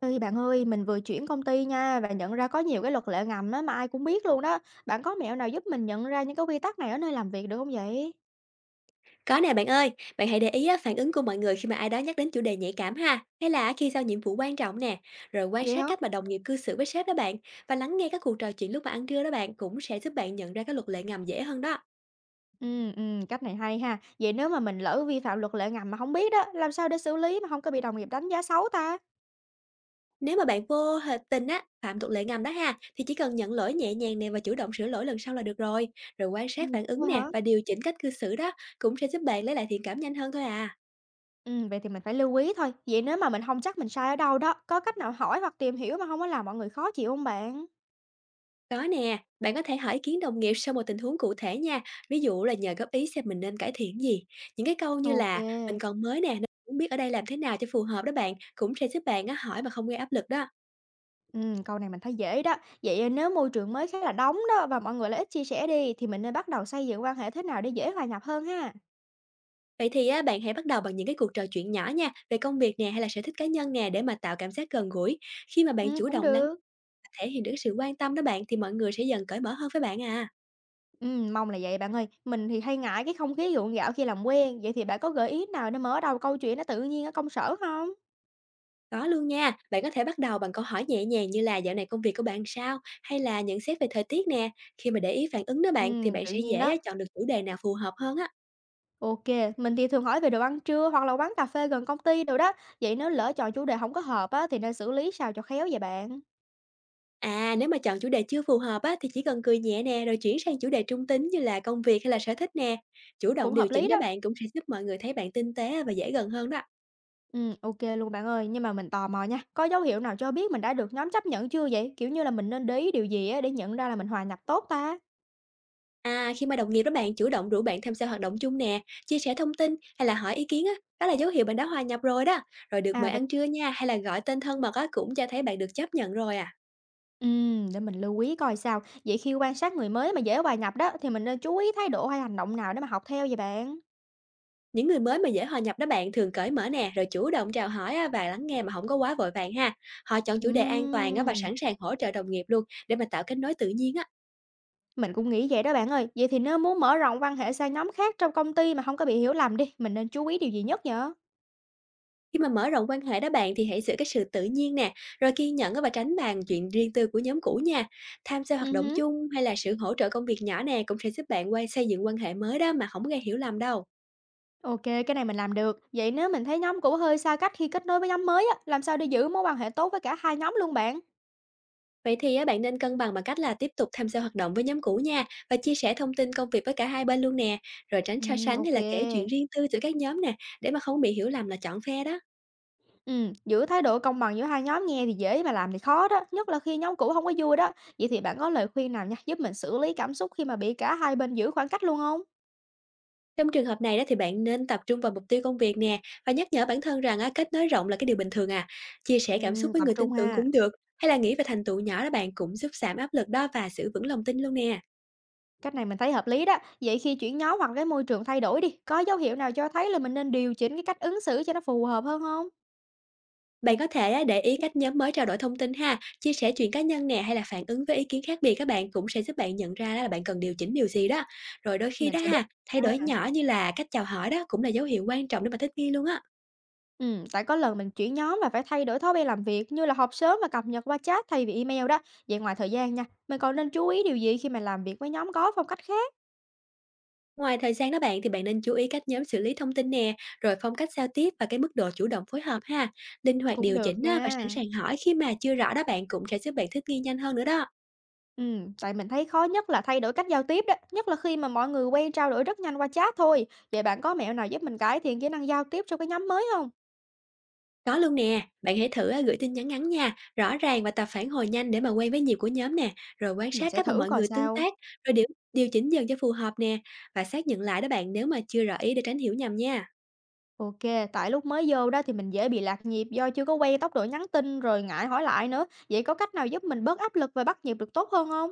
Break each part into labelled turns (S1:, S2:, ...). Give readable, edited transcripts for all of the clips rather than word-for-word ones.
S1: Ê, bạn ơi, mình vừa chuyển công ty nha và nhận ra có nhiều cái luật lệ ngầm á mà ai cũng biết luôn đó. Bạn có mẹo nào giúp mình nhận ra những cái quy tắc này ở nơi làm việc được không vậy?
S2: Có nè bạn ơi, bạn hãy để ý á, phản ứng của mọi người khi mà ai đó nhắc đến chủ đề nhạy cảm ha, hay là khi giao nhiệm vụ quan trọng nè, rồi quan
S1: Vậy
S2: sát
S1: hả?
S2: cách mà đồng nghiệp cư xử với sếp đó bạn, và lắng nghe các cuộc trò chuyện lúc mà ăn trưa đó bạn cũng sẽ giúp bạn nhận ra các luật lệ ngầm dễ hơn đó.
S1: Ừ, ừ, cách này hay ha. Vậy nếu mà mình lỡ vi phạm luật lệ ngầm mà không biết đó, làm sao để xử lý mà không có bị đồng nghiệp đánh giá xấu ta?
S2: Nếu mà bạn vô tình á, phạm luật lệ ngầm đó ha, thì chỉ cần nhận lỗi nhẹ nhàng nè và chủ động sửa lỗi lần sau là được rồi. Rồi quan sát
S1: Ừ.
S2: phản ứng
S1: Đúng rồi
S2: nè
S1: hả?
S2: và điều chỉnh cách cư xử đó cũng sẽ giúp bạn lấy lại thiện cảm nhanh hơn thôi à.
S1: Ừ, vậy thì mình phải lưu ý thôi. Vậy nếu mà mình không chắc mình sai ở đâu đó, có cách nào hỏi hoặc tìm hiểu mà không có làm mọi người khó chịu không bạn?
S2: Có nè, bạn có thể hỏi ý kiến đồng nghiệp sau một tình huống cụ thể nha. Ví dụ là nhờ góp ý xem mình nên cải thiện gì. Những cái câu như
S1: Ok.
S2: là mình còn mới nè, nên không biết ở đây làm thế nào cho phù hợp đó bạn, cũng sẽ giúp bạn á, hỏi mà không gây áp lực đó.
S1: Câu này mình thấy dễ đó. Nếu môi trường mới khá là nóng đó và mọi người lại ít chia sẻ đi, thì mình nên bắt đầu xây dựng quan hệ thế nào để dễ hòa nhập hơn ha?
S2: Vậy thì á, bạn hãy bắt đầu bằng những cái cuộc trò chuyện nhỏ nha, về công việc nè hay là sở thích cá nhân nè, để mà tạo cảm giác gần gũi. Khi mà bạn chủ
S1: Cũng
S2: động lắng nghe
S1: được.
S2: và thể hiện được sự quan tâm đó bạn, thì mọi người sẽ dần cởi mở hơn với bạn à.
S1: Mong là vậy bạn ơi. Mình thì hay ngại cái không khí gượng gạo khi làm quen, vậy thì bạn có gợi ý nào để mở đầu câu chuyện nó tự nhiên ở công sở không?
S2: Có luôn nha, bạn có thể bắt đầu bằng câu hỏi nhẹ nhàng như là dạo này công việc của bạn sao, hay là nhận xét về thời tiết nè. Khi mà để ý phản ứng đó bạn, thì bạn
S1: Tự
S2: sẽ
S1: nhiên
S2: dễ
S1: đó.
S2: á, chọn được chủ đề nào phù hợp hơn á.
S1: OK, mình thì thường hỏi về đồ ăn trưa hoặc là quán cà phê gần công ty đồ đó. Vậy nếu lỡ chọn chủ đề không có hợp á, thì nên xử lý sao cho khéo vậy bạn?
S2: À, nếu mà chọn chủ đề chưa phù hợp á, thì chỉ cần cười nhẹ nè, rồi chuyển sang chủ đề trung tính như là công việc hay là sở thích nè. Chủ động
S1: Cũng
S2: điều
S1: hợp
S2: chỉnh
S1: lý
S2: đó
S1: đó.
S2: bạn, cũng sẽ giúp mọi người thấy bạn tinh tế và dễ gần hơn đó.
S1: Ok luôn bạn ơi. Nhưng mà mình tò mò nha, có dấu hiệu nào cho biết mình đã được nhóm chấp nhận chưa vậy? Kiểu như là, mình nên để ý điều gì á để nhận ra là mình hòa nhập tốt ta?
S2: À, khi mà đồng nghiệp đó bạn chủ động rủ bạn tham gia hoạt động chung nè, chia sẻ thông tin hay là hỏi ý kiến á, đó là dấu hiệu bạn đã hòa nhập rồi đó. Rồi được
S1: À,
S2: mời
S1: vậy
S2: ăn trưa nha, hay là gọi tên thân mật á, cũng cho thấy bạn được chấp nhận rồi à.
S1: để mình lưu ý coi sao. Vậy khi quan sát người mới mà dễ hòa nhập đó, thì mình nên chú ý thái độ hay hành động nào để mà học theo vậy bạn?
S2: Những người mới mà dễ hòa nhập đó bạn thường cởi mở nè, rồi chủ động chào hỏi á, và lắng nghe mà không có quá vội vàng ha. Họ chọn chủ đề an toàn á, và
S1: Ừm,
S2: sẵn sàng hỗ trợ đồng nghiệp luôn, để mà tạo kết nối tự nhiên á.
S1: mình cũng nghĩ vậy đó bạn ơi. Vậy thì nếu muốn mở rộng quan hệ sang nhóm khác trong công ty mà không có bị hiểu lầm đi, mình nên chú ý điều gì nhất nhở?
S2: Khi mà mở rộng quan hệ đó bạn, thì hãy giữ cái sự tự nhiên nè, rồi kiên nhẫn á, và tránh bàn chuyện riêng tư của nhóm cũ nha. Tham gia hoạt động
S1: Ừm,
S2: chung hay là sự hỗ trợ công việc nhỏ nè, cũng sẽ giúp bạn quay xây dựng quan hệ mới đó mà không gây hiểu lầm đâu.
S1: OK, cái này mình làm được. Vậy nếu mình thấy nhóm cũ hơi xa cách khi kết nối với nhóm mới á, làm sao để giữ mối quan hệ tốt với cả hai nhóm luôn bạn?
S2: Vậy thì á, bạn nên cân bằng bằng cách là tiếp tục tham gia hoạt động với nhóm cũ nha, và chia sẻ thông tin công việc với cả hai bên luôn nè, rồi tránh so sánh hay
S1: OK.
S2: là kể chuyện riêng tư giữa các nhóm nè, để mà không bị hiểu lầm là chọn phe đó.
S1: Giữ thái độ công bằng giữa hai nhóm nghe thì dễ mà làm thì khó đó, nhất là khi nhóm cũ không có vui đó. Vậy thì bạn có lời khuyên nào nha, giúp mình xử lý cảm xúc khi mà bị cả hai bên giữ khoảng cách luôn không?
S2: Trong trường hợp này đó, thì bạn nên tập trung vào mục tiêu công việc nè, và nhắc nhở bản thân rằng á, kết nối rộng là cái điều bình thường à. Chia sẻ cảm xúc với
S1: Tập
S2: người tin
S1: trung
S2: tưởng
S1: ha.
S2: cũng được, hay là nghĩ về thành tựu nhỏ đó bạn, cũng giúp giảm áp lực đó và giữ vững lòng tin luôn nè.
S1: Cách này mình thấy hợp lý đó. Vậy khi chuyển nhóm hoặc cái môi trường thay đổi đi, có dấu hiệu nào cho thấy là mình nên điều chỉnh cái cách ứng xử cho nó phù hợp hơn không?
S2: Bạn có thể á, để ý cách nhóm mới trao đổi thông tin ha, chia sẻ chuyện cá nhân nè, hay là phản ứng với ý kiến khác biệt, các bạn cũng sẽ giúp bạn nhận ra là bạn cần điều chỉnh điều gì đó. Rồi đôi khi
S1: Mình
S2: đó
S1: sẽ để
S2: ha, thay đổi nhỏ như là cách chào hỏi đó, cũng là dấu hiệu quan trọng để mà thích nghi luôn á.
S1: Tại có lần mình chuyển nhóm và phải thay đổi thói quen làm việc như là họp sớm và cập nhật qua chat thay vì email đó. Vậy ngoài thời gian nha, mình còn nên chú ý điều gì khi mà làm việc với nhóm có phong cách khác?
S2: Ngoài thời gian đó bạn, thì bạn nên chú ý cách nhóm xử lý thông tin nè, rồi phong cách giao tiếp và cái mức độ chủ động phối hợp ha. Linh hoạt
S1: Cũng
S2: điều
S1: được
S2: chỉnh á, và sẵn
S1: nha.
S2: sàng hỏi khi mà chưa rõ đó bạn, cũng sẽ giúp bạn thích nghi nhanh hơn nữa đó.
S1: Tại mình thấy khó nhất là thay đổi cách giao tiếp đó, nhất là khi mà mọi người quen trao đổi rất nhanh qua chat thôi. Vậy bạn có mẹo nào giúp mình cải thiện kỹ năng giao tiếp trong cái nhóm mới không?
S2: Có luôn nè, bạn hãy thử à, gửi tin nhắn ngắn nha, rõ ràng và tập phản hồi nhanh để mà quen với nhịp của nhóm nè, rồi quan
S1: Mình
S2: sát
S1: sẽ
S2: cách mà
S1: thử
S2: mọi
S1: coi
S2: người tương
S1: sao.
S2: tác, rồi điều điều chỉnh dần cho phù hợp nè, và xác nhận lại đó bạn nếu mà chưa rõ ý để tránh hiểu nhầm nha.
S1: Ok, tại lúc mới vô đó thì mình dễ bị lạc nhịp do chưa có quen tốc độ nhắn tin rồi ngại hỏi lại nữa. Vậy có cách nào giúp mình bớt áp lực và bắt nhịp được tốt hơn không?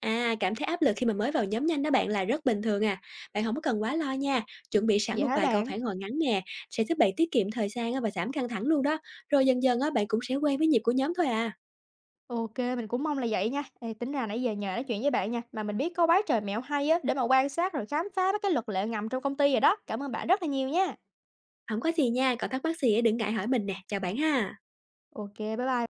S2: À, cảm thấy áp lực khi mà mới vào nhóm nhanh đó bạn là rất bình thường à. Bạn không có cần quá lo nha. Chuẩn bị sẵn
S1: Vậy
S2: một
S1: hả
S2: vài câu
S1: bạn?
S2: phản hồi ngắn nè, sẽ giúp bạn tiết kiệm thời gian á, và giảm căng thẳng luôn đó. Rồi dần dần á, bạn cũng sẽ quen với nhịp của nhóm thôi à.
S1: OK, mình cũng mong là vậy nha. Ê, tính ra nãy giờ nhờ nói chuyện với bạn nha, mà mình biết có quá trời mẹo hay á để mà quan sát rồi khám phá mấy cái luật lệ ngầm trong công ty rồi đó. Cảm ơn bạn rất là nhiều nha.
S2: Không có gì nha, còn thắc mắc gì á, đừng ngại hỏi mình nè. Chào bạn ha.
S1: OK, bye bye.